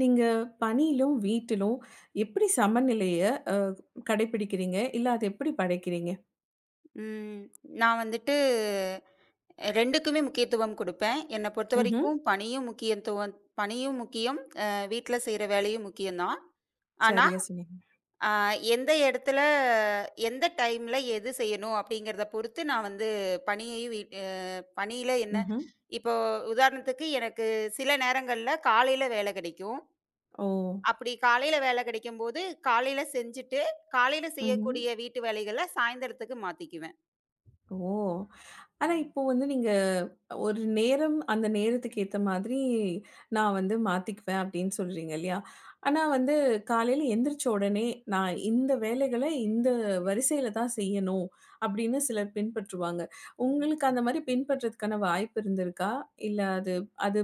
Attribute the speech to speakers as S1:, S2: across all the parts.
S1: நீங்க பணியிலும், வீட்டிலும் எப்படி சமநிலைய அ கடைப்பிடிக்கிறீங்க? இல்ல அத எப்படி படைக்கிறீங்க?
S2: ம். நான் வந்துட்டு 2க்குமே முக்கியத்துவம் குடுப்பேன். என்ன
S1: ம்ஹ்ம்.
S2: பொறுத்தவரைக்கும் பணியும் முக்கியம். வீட்ல செய்ற வேலையும் முக்கியம் தான். ஆனா,
S1: சரியா சொன்னீங்க.
S2: அ எந்த இடத்துல, எந்த டைம்ல எது செய்யணும் அப்படிங்கிறத பொறுத்து நான் வந்து பணியையும் வீட் அ பணியில என்ன
S1: ம்ஹ்ம்.
S2: இப்போ உதாரணத்துக்கு எனக்கு சில நேரங்கள்ல காலையில வேலை கிடைக்கும்.
S1: ஓ!
S2: அப்படி காலையில வேலை கிடைக்கும்போது, காலையில செஞ்சுட்டு, காலையில
S1: ம்ஹ்ம்.
S2: செய்யக்கூடிய வீட்டு வேலைகள சாயந்தரத்துக்கு மாத்திக்குவேன்.
S1: ஓ! ஆனா
S2: ம்.
S1: இப்போ வந்து நீங்க ஒரு நேரம், அந்த நேரத்துக்கு ஏத்த மாதிரி நான் வந்து மாத்திக்குவேன் அப்படின்னு சொல்றீங்க இல்லையா? ஆனா வந்து காலையில எந்திரிச்ச உடனே நான் இந்த வேலைகள இந்த வரிசையில தான் செய்யணும் அப்படின்னு சிலர் பின்பற்றுவாங்க.
S2: ம்.
S1: உங்களுக்கு அந்த மாரி பின்பற்றதுக்கான வாய்ப்பு இருந்திருக்கா? இல்ல அது அது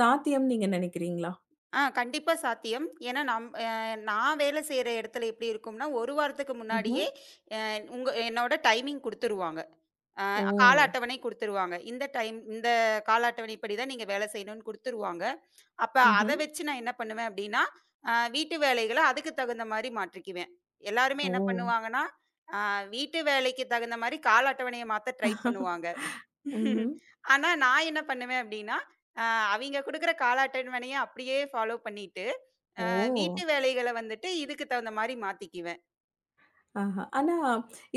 S1: சாத்தியம்னு நீங்க நினைக்கிறீங்களா?
S2: ஆ கண்டிப்பா சாத்தியம். ஏன்னா, நம் அ நான் வேலை செய்ற இடத்துல எப்படி இருக்கும்னா, 1 வாரத்துக்கு
S1: ம்ஹ்ம்.
S2: முன்னாடியே அ உங்க என்னோட டைமிங் குடுத்துருவாங்க. அ
S1: ஓ!
S2: கால அட்டவணை குடுத்துருவாங்க. இந்த டைம் இந்த கால அட்டவணைப்படி தான் நீங்க வேலை செய்யணும்னு குடுத்துருவாங்க. அப்ப அத
S1: ம்ஹ்ம்.
S2: வச்சு நான் என்ன பண்ணுவேன் அப்படின்னா, வீட்டு வேலைகள அதுக்கு தகுந்த மாரி மாற்றிக்குவேன். எல்லாருமே
S1: ஓ!
S2: என்ன பண்ணுவாங்கன்னா, அ வீட்டு வேலைக்கு தகுந்த மாரி கால அட்டவணைய மாத்த ட்ரை பண்ணுவாங்க.
S1: ம்ஹ்ம்.
S2: ஆனா நான் என்ன பண்ணுவேன் அப்படின்னா, அ அவிங்க குடுக்குற கால அட்டவணைய அப்படியே ஃபாலோ பண்ணிட்டு
S1: ஓ!
S2: வீட்டு வேலைகள வந்துட்டு இதுக்கு தகுந்த மாரி மாத்திக்குவேன்.
S1: ஆஹா! ஆனா,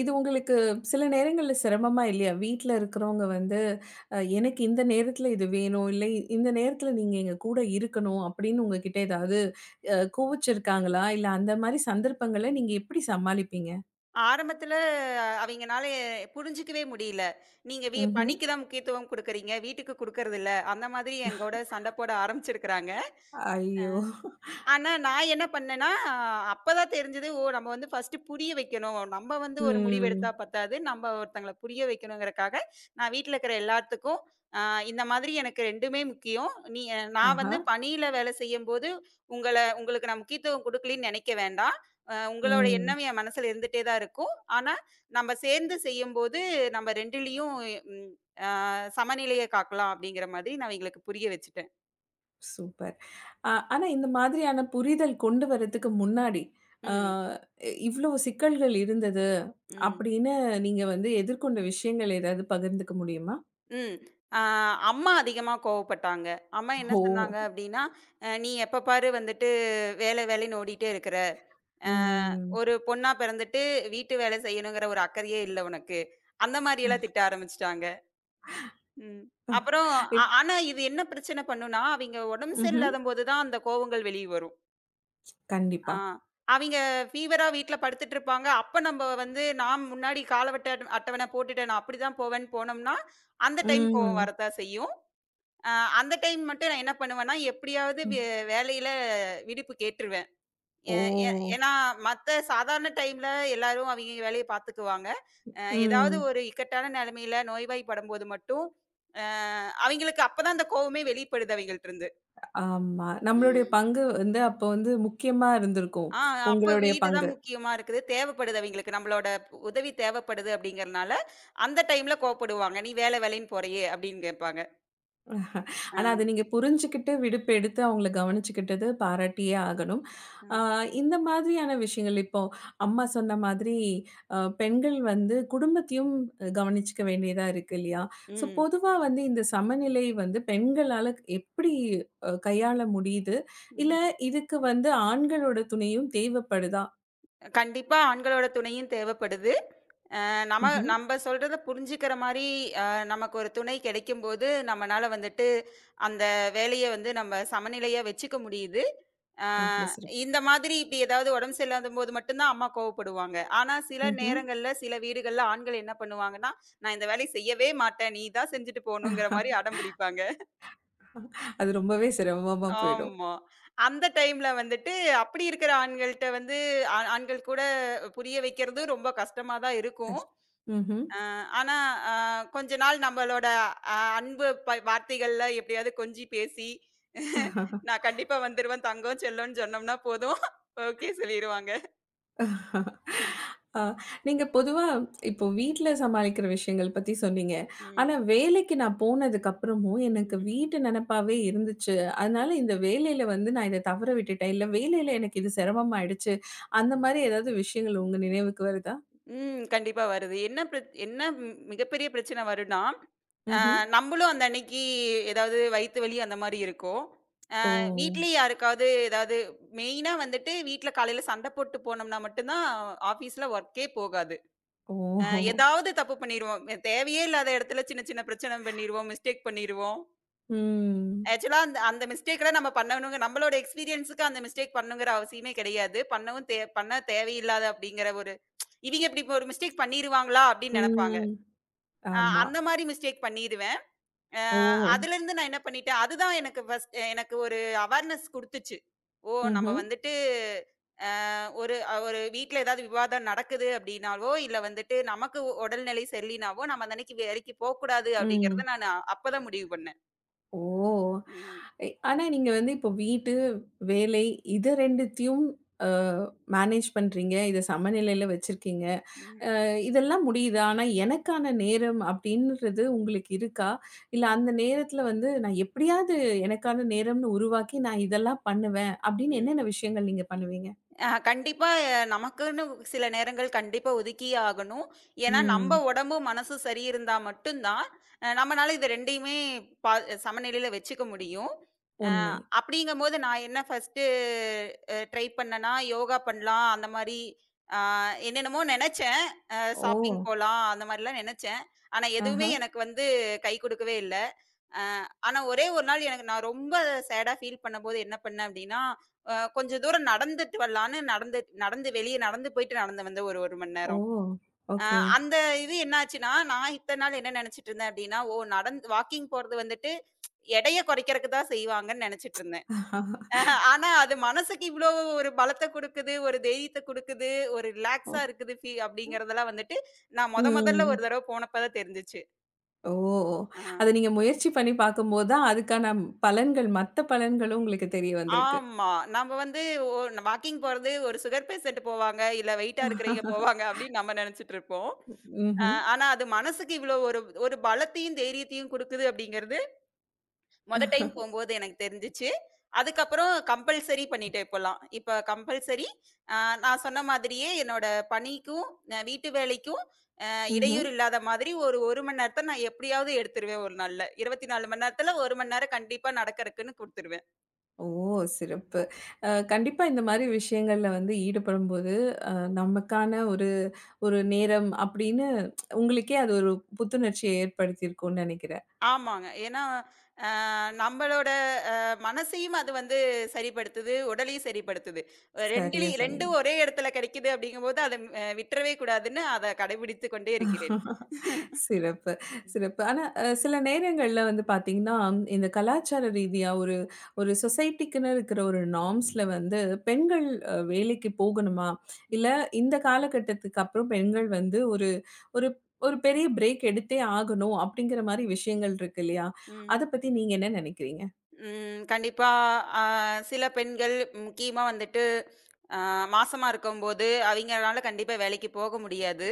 S1: இது உங்களுக்கு சில நேரங்கள்ல சிரமமா இல்லையா? வீட்ல இருக்கிறவங்க வந்து, எனக்கு இந்த நேரத்துல இது வேணும், இல்லை இந்த நேரத்துல நீங்க எங்க கூட இருக்கணும் அப்படின்னு உங்ககிட்ட ஏதாவது கோவிச்சிருக்காங்களா? இல்ல அந்த மாரி சந்தர்ப்பங்கள நீங்க எப்படி சமாளிப்பீங்க?
S2: ஆரம்பத்துல அவைங்கனால புரிஞ்சுக்கவே முடியல. நீங்க வி
S1: ம்ஹ்ம்.
S2: பணிக்கு தான் முக்கியத்துவம் குடுக்குறீங்க. வீட்டுக்கு குடுக்கறதில்ல. அந்த மாதிரி எங்கோட சண்ட போட ஆரம்பிச்சிருக்கிறாங்க.
S1: ஐயோ!
S2: ஆனா, நான் என்ன பண்ணேன்னா, அப்பதான் தெரிஞ்சது, ஓ! நம்ம வந்து ஃபர்ஸ்ட்டு புரிய வைக்கணும். நம்ம வந்து ஒரு முடிவு
S1: ம்.
S2: எடுத்தா பத்தாது. நம்ம ஒருத்தங்கள புரிய வைக்கணுங்கிறக்காக, நான் வீட்ல இருக்கிற எல்லாத்துக்கும், அ இந்த மாதிரி எனக்கு 2மே முக்கியம். நீ நான்
S1: ஆஹா!
S2: வந்து பணியில வேலை செய்யும்போது, உங்களுக்கு நான் முக்கியத்துவம் குடுக்கலன்னு நெனைக்க வேண்டாம். உங்களோட
S1: ம்.
S2: எண்ணம் என் மனசுல இருந்துட்டே தான் இருக்கும். ஆனா, நம்ம சேர்ந்து செய்யும்போது, நம்ம 2லயும் ம் அ சமநிலைய காக்கலாம். அப்படிங்கிற மாதிரி நான் இவங்களுக்கு புரிய வச்சுட்டேன்.
S1: சூப்பர். ஆனா, இந்த மாதிரியான புரிதல் கொண்டு வரதுக்கு முன்னாடி, அ
S2: ம்,
S1: இவ்ளோ சிக்கல்கள் இருந்தது
S2: ம்.
S1: அப்படின்னு நீங்க வந்து எதிர்கொண்ட விஷயங்கள் ஏதாவது பகிர்ந்துக்க முடியுமா?
S2: ம். ஆ அம்மா அதிகமா கோவப்பட்டாங்க. அம்மா என்ன
S1: ஓ!
S2: சொன்னாங்க அப்டின்னா, நீ எப்ப பாரு வந்துட்டு வேலைன்னு ஓடிட்டே இருக்கிற. அ
S1: ம்.
S2: ஒரு பொண்ணா பிறந்துட்டு வீட்டு வேலை செய்யணுங்கிற ஒரு அக்கறையே இல்ல உனக்கு." அந்த மாரியெல்லாம் திட்ட ஆரம்பிச்சுட்டாங்க. ம். அப்புறம் ஆ
S1: இப்
S2: ஆனா இது என்ன பிரச்சனை பண்ணும்னா, அவிங்க உடம்பு
S1: ம்ஹ்ம்.
S2: சரியில்லாதம்போது தான் அந்த கோவங்கள் வெளிய வரும்.
S1: கண்டிப்பா.
S2: ஆ. அவிங்க ஃபீவரா வீட்ல படுத்துட்டு இருப்பாங்க. அப்ப நம்ப வந்து நான் முன்னாடி அட்டவணை போட்டுட்டேன். நான் அப்டிதான் போவேன்னு போனோம்னா, அந்த டைம் கோவம்
S1: ம்.
S2: வரத்தான் செய்யும். அ அந்த டைம் மட்டும் நான் என்ன பண்ணுவேன்னா, எப்படியாவது
S1: ம்.
S2: வேலையில விடுப்பு கேட்டுருவேன்.
S1: ஓ!
S2: ஏ ஏ ஏன்னா மத்த சாதாரண டைம்ல எல்லாரும் அவிங்கவிங்க வேலைய பார்த்துக்குவாங்க. ஏதாவது
S1: ம்.
S2: ஒரு இக்கட்டான நிலைமையில நோய்வாய்ப்படும்போது மட்டும், அ அவிங்களுக்கு அப்பதான் அந்த கோவமே வெளிப்படுது அவிங்கள்ட்டருந்து.
S1: ஆமா. நம்மளுடைய
S2: ம்.
S1: பங்கு வந்து அப்போ வந்து முக்கியமா இருந்திருக்கும்.
S2: ஆ அப்ப
S1: உங்களுடைய
S2: வீடு தான்
S1: பங்கு.
S2: முக்கியமா இருக்குது. தேவைப்படுது அவிங்களுக்கு. நம்மளோட உதவி தேவைப்படுது அப்படிங்கிறனால, அந்த டைம்ல கோவப்படுவாங்க. "நீ வேலை வேலைன்னு போறியே" அப்படின்னு கேட்பாங்க. அ,
S1: ஆனா, அத நீங்க புரிஞ்சுகிட்டு, விடுப்பு எடுத்து அவங்கள கவனிச்சுக்கிட்டது பாராட்டியே ஆகணும். ஆ
S2: அ.
S1: இந்த மாதிரியான விஷயங்கள் இப்போ அம்மா சொன்ன மாதிரி பெண்கள் வந்து குடும்பத்தையும் கவனிச்சுக்க வேண்டியதா இருக்கு இல்லையா? ஸோ,
S2: ம்,
S1: பொதுவா வந்து இந்த சமநிலை வந்து பெண்களால எப்படி கையாள முடியுது? இல்ல
S2: ம்.
S1: இதுக்கு வந்து ஆண்களோட துணையும் தேவைப்படுதா?
S2: கண்டிப்பா ஆண்களோட துணையும் தேவைப்படுது.
S1: ம்ஹ்ம்.
S2: நம்ப சொல்றத புரிஞ்சுக்கிற மாரி, அ நமக்கு ஒரு துணை கிடைக்கும்போது, நம்மனால வந்துட்டு அந்த வேலைய வந்து நம்ம சமநிலையா வச்சுக்க முடியுது. அ
S1: ரொம்ப சிறப்பு.
S2: இந்த மாதிரி இப்டி ஏதாவது உடம்பு சரியில்லாதம்போது மட்டும் தான் அம்மா கோவப்படுவாங்க. ஆனா, சில
S1: ம்ஹ்ம்.
S2: நேரங்கள்ல, சில வீடுகள்ல ஆண்கள் என்ன பண்ணுவாங்கன்னா, "நான் இந்த வேலைய செய்யவே மாட்டேன். நீ தான் செஞ்சுட்டு போணுங்கிற" மாரி அடம் பிடிப்பாங்க.
S1: அது ரொம்பவே சிரமமா போயிடும்.
S2: ஆமா. அந்த டைம்ல வந்துட்டு, அப்படி இருக்கிற ஆண்கள்ட்ட வந்து ஆண்கள் கூட புரிய வைக்கிறது ரொம்ப கஷ்டமா தான் இருக்கும்.
S1: கஷ் ம்ஹ்ம்.
S2: அ ஆனா, அ கொஞ்ச நாள் நம்மளோட அன்பு வார்த்தைகள்ல எப்படியாவது கொஞ்சி பேசி, "நான் கண்டிப்பா வந்துருவேன் தங்கம், செல்லம்ன்னு" சொன்னோம்னா போதும். ஓகே சொல்லிருவாங்க. ம்.
S1: ஆ, நீங்க பொதுவா இப்போ வீட்ல சமாளிக்கிற விஷயங்கள் பத்தி சொன்னீங்க. ஆனா
S2: ம்.
S1: வேலைக்கு நான் போனதுக்கப்புறமும் எனக்கு
S2: ம்.
S1: வீட்டு நெனப்பாவே இருந்துச்சு. அதனால இந்த வேலையில வந்து நான் இத தவற விட்டுட்டேன். இல்ல வேலையில எனக்கு இது சிரமமாயிடுச்சு. அந்த மாரி ஏதாவது விஷயங்கள் உங்க நினைவுக்கு வருதா?
S2: ம். கண்டிப்பா வருது. என்ன பிரச் என்ன ம் மிகப்பெரிய பிரச்சனை வரும்னா,
S1: ம்ஹ்ம்.
S2: நம்பளும் அந்த அன்னைக்கு ஏதாவது வயித்து வலி அந்த மாரி இருக்கும்.
S1: ஓ!
S2: வீட்லயும் யாருக்காவது ஏதாவது மெயினா வந்துட்டு வீட்ல காலையில சண்டை போட்டு போனோம்னா மட்டும் தான் ஆஃபீஸ்ல ஒர்க்கே போகாது. அ
S1: ஓஹோ!
S2: ஏதாவது தப்பு பண்ணிருவோம். தேவையே இல்லாத இடத்துல சின்ன சின்ன பிரச்சனை பண்ணிருவோம். மிஸ்டேக் பண்ணிருவோம்.
S1: ம்.
S2: ஆக்சுவலா அந்த அந்த மிஸ்டேக்லாம் நம்ம பண்ணணுங்க நம்மளோட எக்ஸ்பீரியன்ஸுக்கு அந்த மிஸ்டேக் பண்ணணுங்கிற அவசியமே கிடையாது. பண்ணவும் தே பண்ண தேவையில்லாத அப்படிங்கிற ஒரு இவிங்க இப்படி இப்ப ஒரு மிஸ்டேக் பண்ணிருவாங்களா அப்படின்னு நெனப்பாங்க.
S1: ம். ஆமா.
S2: அந்த மாரி மிஸ்டேக் பண்ணிருவேன். அ
S1: ஓ!
S2: அதுலருந்து நான் என்ன பண்ணிட்டேன், அதுதான் எனக்கு ஃபர்ஸ்ட் எனக்கு ஒரு அவேர்னஸ் குடுத்துச்சு. ஓ! நம்ம
S1: ம்ஹ்ம்.
S2: வந்துட்டு ஒரு வீட்ல ஏதாவது விவாதம் நடக்குது அப்படின்னாவோ, இல்ல வந்துட்டு நமக்கு உடல்நிலை சரியில்லைனாவோ, நம்ம அந்த அன்னைக்கு வேலைக்கு போக்கூடாது
S1: ம்.
S2: அப்படிங்கிறத அப்பதான் முடிவு பண்ணேன்.
S1: ஓ!
S2: ம்.
S1: ஆனா நீங்க வந்து இப்போ வீட்டு, வேலை இத 2த்தையும் அ மேனேஜ் பண்றீங்க. இத சமநிலையில வச்சிருக்கீங்க.
S2: ம்.
S1: இதெல்லாம் முடியுது. ஆனா எனக்கான நேரம் அப்படின்றது உங்களுக்கு இருக்கா? இல்ல அந்த நேரத்துல வந்து நான் எப்படியாவது எனக்கான நேரம்னு உருவாக்கி நான் இதெல்லாம் பண்ணுவேன் அப்படின்னு என்னென்ன விஷயங்கள் நீங்க பண்ணுவீங்க?
S2: கண்டிப்பா நமக்குன்னு சில நேரங்கள் கண்டிப்பா ஒதுக்கியே ஆகணும். ஏன்னா, நம்ம
S1: ம்.
S2: உடம்பும், மனசும் சரியிருந்தா மட்டும் தான், நம்மனால இது 2யுமே பா சமநிலையில வச்சுக்க முடியும். அ
S1: உண்மை.
S2: அப்படிங்கும்போது நான் என்ன ஃபர்ஸ்ட்டு ட்ரை பண்ணேன்னா, யோகா பண்ணலாம், அந்த மாரி அ என்னென்னமோ நெனச்சேன்.
S1: ஓ!
S2: ஷாப்பிங் போலாம், அந்த மாரிலாம் நெனச்சேன். ஆனா, எதுவுமே
S1: ஆஹா.
S2: எனக்கு வந்து கை குடுக்கவே இல்ல. அ ஆனா, ஒரே ஒரு நாள் எனக்கு நான் ரொம்ப சேடா ஃபீல் பண்ணும்போது என்ன பண்ணேன் அப்படின்னா, கொஞ்சம் தூரம் நடந்துட்டு வரலான்னு நடந்து நடந்து வெளிய நடந்து போயிட்டு நடந்து வந்தேன் ஒரு 1 மணி
S1: ஓ!
S2: நேரம். அ
S1: ஓகே.
S2: அந்த இது என்னாச்சுன்னா, நான் இத்தன நாள் என்ன நெனச்சுட்டு இருந்தேன் அப்டின்னா, ஓ! வாக்கிங் போறது வந்துட்டு எடைய குறைக்கிறக்கு தான் செய்வாங்கன்னு நெனச்சுட்டு இருந்தேன். ஆனா அது மனசுக்கு இவ்ளோ ஒரு பலத்த குடுக்குது, ஒரு தைரியத்த குடுக்குது, ஒரு
S1: ஓ!
S2: ரிலாக்ஸா இருக்குது அப்டிங்கிறதெல்லாம் வந்துட்டு, நான் மொதல்ல ஒரு
S1: ம்.
S2: தடவ போனப்ப தான் தெரிஞ்சுச்சு.
S1: ஓ!
S2: அ
S1: அத நீங்க முயற்சி பண்ணி பார்க்கும்போது தான், அதுக்கான பலன்கள் மத்த பலன்களும் உங்களுக்கு தெரிய வந்திருக்கு.
S2: ஆமா. நம்ம வந்து ஓ வாக்கிங் போறது ஒரு சுகர் பேஷண்ட் போவாங்க, இல்ல வெயிட்டா இருக்கிறவைங்க போவாங்க அப்டின்னு நம்ம நெனச்சுட்டு இருப்போம்.
S1: ம்ஹ்ம்.
S2: ஆனா அது மனசுக்கு இவ்ளோ ஒரு ஒரு பலத்தையும், தைரியத்தையும் குடுக்குது அப்படிங்கிறது, மொத டைம் போம்போது எனக்கு தெரிஞ்சுச்சு. அதுக்கப்புறம் கம்பல்சரி பண்ணிட்டேன் இப்போலாம். இப்ப கம்பல்சரி அ நான் சொன்ன மாதிரியே என்னோட பணிக்கும், வீட்டு வேலைக்கும் அ
S1: ம்ஹ்ம்.
S2: இடையூறு இல்லாத மாதிரி ஒரு 1 மணி நேரத்த நான் எப்படியாவது எடுத்துருவேன் ஒரு நாள்ல. 24 மணி நேரத்துல 1 மணி நேரம் கண்டிப்பா நடக்கறக்குன்னு குடுத்துருவேன்.
S1: ஓ!
S2: ம்.
S1: சிறப்பு. கண்டிப்பா இந்த மாரி விஷயங்கள்ல வந்து ஈடுபடும்போது, அ நமக்கான ஒரு ஒரு நேரம் அப்படின்னு உங்களுக்கே அது ஒரு புத்துணர்ச்சிய ஏற்படுத்தியிருக்கும்னு நெனைக்கிறேன்.
S2: ஆமாங்க. ஏன்னா, அ நம்மளோட அ மனசையும் அது வந்து சரிப்படுத்துது, உடலையும் சரிப்படுத்துது.
S1: சரியா
S2: 2லயும்
S1: சொன்னீங்க.
S2: 2ம் ஒரே இடத்துல கிடைக்குது அப்படிங்கும்போது, அத விட்டுறவே கூடாதுன்னு அத கடைபிடித்துக் கொண்டே இருக்கிறேன்.
S1: சிறப்பு, சிறப்பு. ஆனா, சில நேரங்கள்ல வந்து பார்த்தீங்கன்னா, இந்த கலாச்சார ரீதியா ஒரு ஒரு சொசைட்டிக்குன்னு இருக்கிற ஒரு நார்ம்ஸ்ல வந்து பெண்கள் வேலைக்கு போகணுமா? இல்ல
S2: ம்.
S1: இந்த காலகட்டத்துக்கு அப்புறம் பெண்கள் வந்து ஒரு ஒரு ஒரு பெரிய பிரேக் எடுத்தே ஆகணும் அப்படிங்கிற மாரி விஷயங்கள் இருக்கு இல்லையா? அத
S2: ம்.
S1: பத்தி நீங்க என்ன நெனைக்கிறீங்க?
S2: ம். கண்டிப்பா அ சில பெண்கள் முக்கியமா வந்துட்டு அ மாசமா இருக்கும்போது, அவிங்கனால கண்டிப்பா வேலைக்கு போக முடியாது.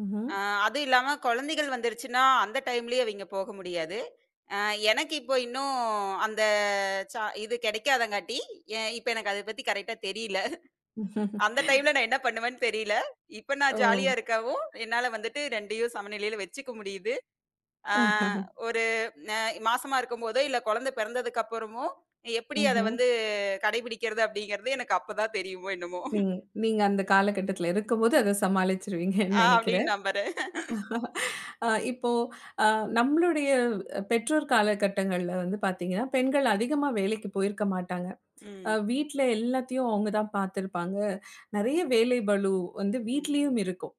S1: ம்ஹ்ம்.
S2: அ அதுவும் இல்லாம குழந்தைகள் வந்துருச்சுன்னா, அந்த டைம்லயும் அவிங்க போக முடியாது. அ எனக்கு இப்போ இன்னும் அந்த இது கிடைக்காதங்காட்டி, இப்ப எனக்கு அத பத்தி கரெக்ட்டா தெரியல. அந்த டைம்ல நான் என்ன பண்ணுவேன்னு தெரியல. இப்ப
S1: ஓ!
S2: நான் ஜாலியா இருக்கவும், என்னால வந்துட்டு 2யும் சமநிலையில வச்சுக்க முடியுது. ஆ ஒரு அ மாசமா இருக்கும்போதோ, இல்ல குழந்தை பிறந்ததுக்கு அப்புறமோ, எப்படி அத
S1: ம்ஹ்ம்.
S2: வந்து கடைபிடிக்கிறது அப்படிங்கிறது எனக்கு அப்பதான் தெரியுமோ என்னமோ!
S1: நீங்க நீங்க அந்த காலகட்டத்துல இருக்கும்போது அத சமாளிச்சுருவீங்கன்னு
S2: அப்படின்னு
S1: நெனைக்கிறேன்.
S2: நம்புறேன்.
S1: இப்போ அ நம்மளுடைய பெற்றோர் காலகட்டங்கள்ல வந்து பார்த்தீங்கன்னா, பெண்கள் அதிகமா வேலைக்கு போயிருக்க மாட்டாங்க.
S2: ம்.
S1: வீட்ல எல்லாத்தையும் அவங்க தான் பார்த்துருப்பாங்க. நெறைய வேலை பளு வந்து
S2: ம்.
S1: வீட்லயும் இருக்கும்.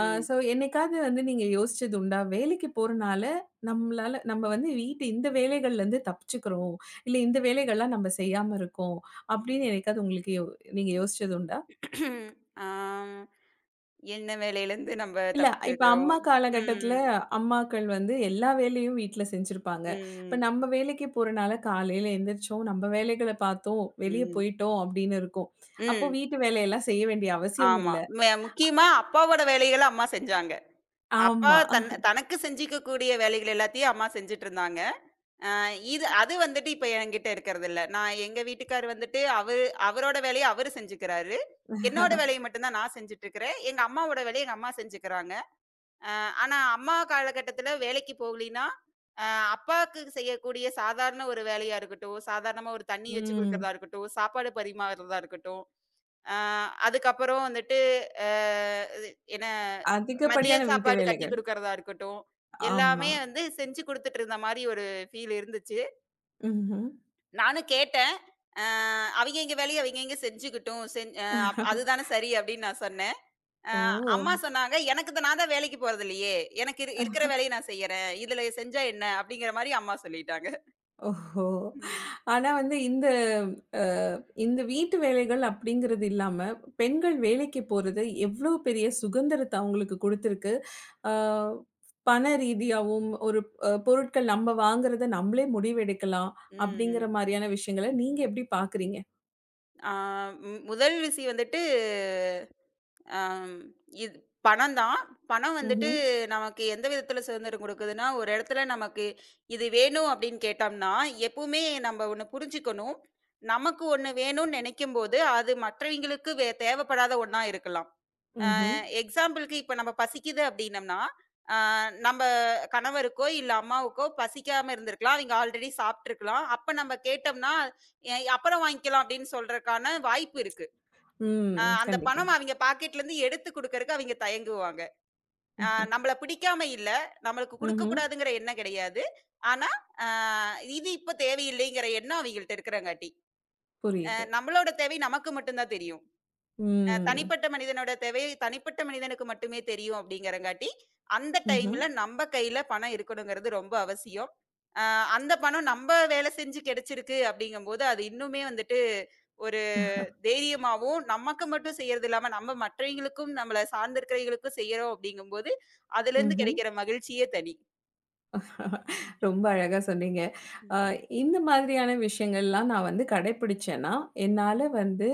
S1: அ ஸோ என்னைக்காவது வந்து நீங்க யோசிச்சது உண்டா? வேலைக்கு போறனால நம்மளால நம்ம வந்து வீட்டு இந்த வேலைகள்லேருந்து தப்பிச்சுக்கிறோம். இல்ல இந்த வேலைகள்லாம் நம்ம செய்யாம இருக்கோம். அப்படின்னு என்னைக்காவது உங்களுக்கு நீங்க யோசிச்சது உண்டா?
S2: ஆம். என்ன வேலையிலேருந்து நம்ப
S1: இல்ல, இப்ப
S2: தப்பிச்சிருக்கிறோம்.
S1: அம்மா காலகட்டத்துல
S2: ம்.
S1: அம்மாக்கள் வந்து எல்லா வேலையும் வீட்ல செஞ்சிருப்பாங்க. இப்ப
S2: ம்.
S1: நம்ம வேலைக்கு போறனால காலையில எந்திரிச்சோம், நம்ம வேலைகள பார்த்தோம், வெளிய
S2: ம்.
S1: போயிட்டோம் அப்படின்னு இருக்கும். அப்போ
S2: ம்.
S1: வீட்டு வேலையெல்லாம் செய்ய வேண்டிய அவசியம்
S2: ஆமா.
S1: இல்ல.
S2: முக்கியமா அப்பாவோட வேலைகள அம்மா செஞ்சாங்க. அப்பா
S1: ஆமா.
S2: தனக்கு செஞ்சுக்கக்கூடிய வேலைகள் எல்லாத்தையும் அம்மா செஞ்சுட்டுருந்தாங்க. அ இது அது வந்துட்டு இப்ப என்கிட்ட இருக்கறதில்ல. நான் எங்க வீட்டுக்காரர் வந்துட்டு அவரு அவரோட வேலைய அவரு செஞ்சுக்கிறாரு. என்னோட வேலைய மட்டும் தான் நான் செஞ்சுட்டுருக்கிறேன். எங்க அம்மாவோட வேலைய எங்க அம்மா செஞ்சுக்கிறாங்க. அ ஆனா அம்மா காலகட்டத்துல வேலைக்கு போகலின்னா, அ அப்பாவுக்கு செய்யக்கூடிய சாதாரண ஒரு வேலையா இருக்கட்டும், சாதாரணமா ஒரு தண்ணி வச்சு
S1: ம்.
S2: குடுக்கிறதா இருக்கட்டும், சாப்பாடு பரிமாறுறதா இருக்கட்டும், அ அதுக்கப்புறம் வந்துட்டு அ இது என்ன மதிய
S1: அதிகப்படியான வீட்டு
S2: சாப்பாடு கட்டி
S1: வேலைகள்.
S2: குடுக்கிறதா இருக்கட்டும்,
S1: ஆமா.
S2: எல்லாமே வந்து செஞ்சு குடுத்துட்டு இருந்த மாரி ஒரு ஃபீல் இருந்துச்சு.
S1: ம்ஹ்ம்.
S2: நானும் கேட்டேன். அ "அவிங்கவிங்க வேலைய அவிங்கவிங்க செஞ்சுக்கிட்டும். செஞ் அ அதுதானே சரி" அப்படின்னு நான் சொன்னேன். அ
S1: ஓ!
S2: அம்மா சொன்னாங்க, "எனக்கு தான் நான் தான் வேலைக்கு போறதில்லையே! எனக்கு இருக்கிற வேலைய நான் செய்யறேன். இதுல செஞ்சா என்ன?" அப்படிங்கிற மாரி அம்மா சொல்லிட்டாங்க.
S1: ஓஹோ!
S2: ம்.
S1: ஆனா வந்து இந்த அ இந்த வீட்டு வேலைகள் அப்படிங்கிறது இல்லாம, பெண்கள் வேலைக்கு போறது எவ்ளோ பெரிய சுதந்திரத்த அவங்களுக்கு குடுத்திருக்கு. அ பண ரீதியாவும், ஒரு பொருட்கள் நம்ம வாங்குறத நம்மளே முடிவெடுக்கலாம் அப்படிங்கிற
S2: ம்.
S1: மாரியான விஷயங்கள நீங்க எப்படி பாக்குறீங்க?
S2: ஆ ம் முதல் விஷி வந்துட்டு, அம் இது பணம் தான். பணம் வந்துட்டு
S1: ம்ஹ்ம்.
S2: நமக்கு எந்த விதத்தில சுதந்திரம் குடுக்குதுன்னா, ஒரு இடத்துல நமக்கு இது வேணும் அப்படின்னு கேட்டோம்னா, எப்பவுமே நம்ம ஒண்ணு புரிஞ்சுக்கணும். நமக்கு ஒண்ணு வேணும்னு நெனைக்கும்போது, அது மற்றவங்களுக்கு தேவைப்படாத ஒண்ணா இருக்கலாம்.
S1: ம்ஹ்ம்.
S2: எக்ஸாம்பிளுக்கு இப்ப நம்ம பசிக்குது அப்படின்னம்னா, ஆ நம்ப கணவருக்கோ, இல்ல அம்மாவுக்கோ பசிக்காம இருந்திருக்கலாம். அவங்க ஆல்ரெடி சாப்ட்டுருக்கலாம். அப்ப நம்ம கேட்டோம்னா, அப்புறம் வாங்கிக்கலாம்" அப்படின்னு சொல்றதுக்கான வாய்ப்பு இருக்கு.
S1: ம்.
S2: அந்த
S1: கண்டிப்பா.
S2: பணம் அவங்க பாக்கெட்லருந்து எடுத்து குடுக்கறக்கு அவங்க தயங்குவாங்க.
S1: ம்ஹ்ம்.
S2: நம்மள பிடிக்காம இல்ல, நம்மளுக்கு
S1: ம்ஹ்ம்.
S2: குடுக்கக்கூடாதுங்கிற எண்ணம் கிடையாது. ஆனா, ஆ இது இப்ப தேவையில்லைங்கிற எண்ணம் அவங்கள்ட்ட இருக்கறங்காட்டி.
S1: புரியுது.
S2: நம்மளோட தேவை நமக்கு மட்டும் தான் தெரியும்.
S1: ம்.
S2: தனிப்பட்ட மனிதனோட தேவை தனிப்பட்ட மனிதனுக்கு மட்டுமே தெரியும் அப்படிங்கிறங்காட்டி, அந்த
S1: ம்ஹ்ம்.
S2: டைம்ல நம்ப கையில பணம் இருக்கணுங்கிறது ரொம்ப அவசியம். அ அந்த பணம் நம்ப வேலை செஞ்சு கிடைச்சிருக்கு அப்படிங்கும்போது, அது இன்னுமே வந்துட்டு ஒரு தைரியமாவும், நமக்கு மட்டும் செய்யறது இல்லாம, நம்ம மற்றவைங்களுக்கும் நம்மள சார்ந்திருக்கிறவைகளுக்கும் செய்யறோம் அப்படிங்கும்போது, அதுலேருந்து
S1: ம்ஹ்ம்.
S2: கிடைக்கிற மகிழ்ச்சியே தனி.
S1: ரொம்ப அழகா சொன்னீங்க. அ
S2: ம்.
S1: இந்த மாதிரியான விஷயங்கள்லாம் நான் வந்து கடைப்பிடிச்சேன்னா, என்னால வந்து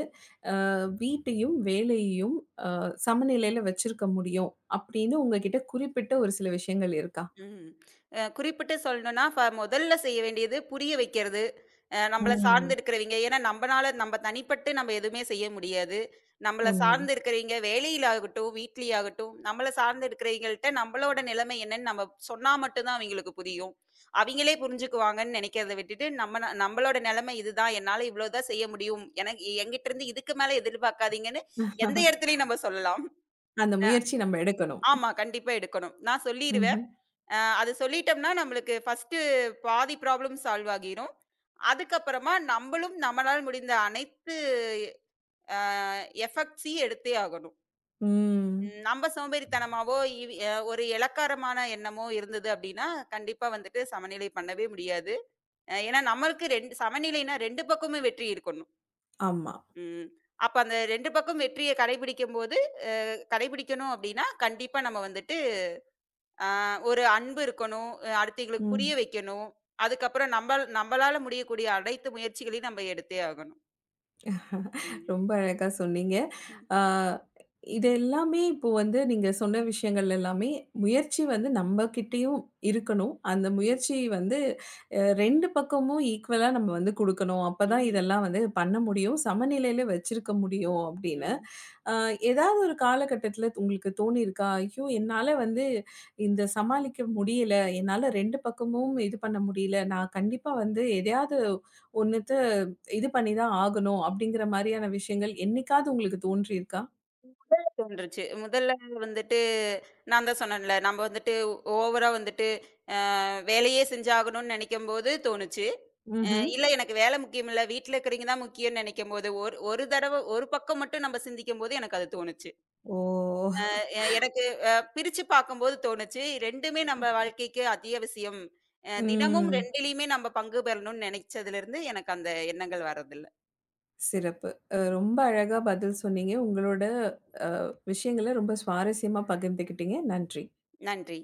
S1: வீட்டையும், வேலையையும் அ சமநிலையில வச்சிருக்க முடியும். அப்படின்னு உங்ககிட்ட குறிப்பிட்ட ஒரு சில விஷயங்கள் இருக்கா?
S2: ம். குறிப்பிட்டு சொல்லணும்னா, முதல்ல செய்ய வேண்டியது புரிய வைக்கிறது. நம்மள
S1: ம்.
S2: சார்ந்து இருக்கிறவைங்க. ஏன்னா நம்பனால நம்ம தனிப்பட்டு நம்ம எதுவுமே செய்ய முடியாது. நம்மள
S1: உண்மை.
S2: சார்ந்து இருக்கிறவைங்க வேலையிலாகட்டும், வீட்லயாகட்டும், நம்மள சார்ந்து இருக்கிறவைங்கள்ட்ட நம்மளோட நிலைமை என்னன்னு நம்ம சொன்னா மட்டும் தான் அவங்களுக்கு புரியும். அவிங்களே புரிஞ்சுக்குவாங்கன்னு நினைக்கிறத விட்டுட்டு, நம்மளோட நிலைமை இதுதான். என்னால இவ்வளோ தான் செய்ய முடியும். எனக்கு என்கிட்ட இருந்து இதுக்கு மேல எதிர்பார்க்காதீங்கன்னு எந்த இடத்துலயும் நம்ம சொல்லலாம்.
S1: அந்த முயற்சி நம்ம எடுக்கணும்.
S2: ஆமா. கண்டிப்பா எடுக்கணும். நான் சொல்லிருவேன்.
S1: ம்ஹ்ம்.
S2: அது சொல்லிட்டோம்னா, நம்மளுக்கு ஃபர்ஸ்ட்டு பாதி ப்ராப்ளம் சால்வ் ஆகிரும். அதுக்கப்புறமா நம்பளும் நம்மளால் முடிந்த அனைத்து அ எஃபெக்ட்ஸையும் எடுத்தே ஆகணும்.
S1: ம்.
S2: ம் நம்ப சோம்பேறித்தனமாவோ, இவ் அ ஒரு இளக்காரமான எண்ணமோ இருந்தது அப்டின்னா, கண்டிப்பா வந்துட்டு சமநிலை பண்ணவே முடியாது. ஏன்னா நம்மளுக்கு 2 சமநிலைனா 2 பக்கமும் வெற்றி இருக்கணும்.
S1: ஆமா.
S2: ம். அப்ப அந்த 2 பக்கம் வெற்றிய கடைபிடிக்கும்போது, அ கடைபிடிக்கணும் அப்டின்னா, கண்டிப்பா நம்ம வந்துட்டு ஒரு அன்பு இருக்கணும். அடுத்தவைங்களுக்கு புரிய
S1: ம்.
S2: வைக்கணும். அதுக்கப்புறம் நம்பளால முடியக்கூடிய அனைத்து முயற்சிகளையும் நம்ம எடுத்தே ஆகணும். ம்.
S1: ரொம்ப அழகா சொன்னீங்க. ஆ இது எல்லாமே இப்போ வந்து நீங்க சொன்ன விஷயங்கள் எல்லாமே முயற்சி வந்து நம்ம கிட்டயும் இருக்கணும். அந்த
S2: ம்.
S1: முயற்சி வந்து அ 2 பக்கமும் ஈக்குவலா நம்ம வந்து குடுக்கணும். அப்பதான்
S2: ம்.
S1: இதெல்லாம் வந்து பண்ண முடியும். சமநிலையில வச்சிருக்க முடியும் அப்படின்னு.
S2: ம்.
S1: அ ஏதாவது ஒரு காலகட்டத்தில உங்களுக்கு தோணியிருக்கா? ஐயோ! என்னால வந்து இந்த சமாளிக்க முடியல. என்னால 2 பக்கமும் இது பண்ண முடியல. நான் கண்டிப்பா வந்து எதையாவது ஒண்ணுத்த இது பண்ணி தான் ஆகணும். அப்படிங்கிற மாரியான விஷயங்கள் என்னைக்காவது உங்களுக்கு தோன்றியிருக்கா?
S2: முதல்ல தோன்றுச்சு. முதல்ல வந்துட்டு நான் தான் சொன்னேன்ல, நம்ம வந்துட்டு ஓவரா வந்துட்டு வேலையே செஞ்சாகணும்னு நெனைக்கும்போது தோணுச்சு.
S1: ம்ஹ்ம்.
S2: இல்ல எனக்கு வேலை முக்கியம் இல்ல, வீட்ல இருக்கிறவைங்க தான் முக்கியம்னு நெனைக்கும்போது, ஒரு ஒரு தடவ ஒரு பக்கம் மட்டும் நம்ம சிந்திக்கும்போது எனக்கு அது தோணுச்சு.
S1: ஓ!
S2: எனக்கு பிரிச்சு பார்க்கும்போது தோணுச்சு. 2மே நம்ம வாழ்க்கைக்கு அத்தியாவசியம். தினமும் ம்.
S1: ம்.
S2: 2லயுமே நம்ம பங்கு பெறணும்னு நெனைச்சதுலருந்து எனக்கு அந்த எண்ணங்கள் வர்றதில்ல.
S1: சிறப்பு.
S2: ம்.
S1: ரொம்ப அழகா பதில் சொன்னீங்க. உங்களோட விஷயங்கள ரொம்ப சுவாரஸ்யமா பகிர்ந்துக்கிட்டீங்க. நன்றி.
S2: நன்றி.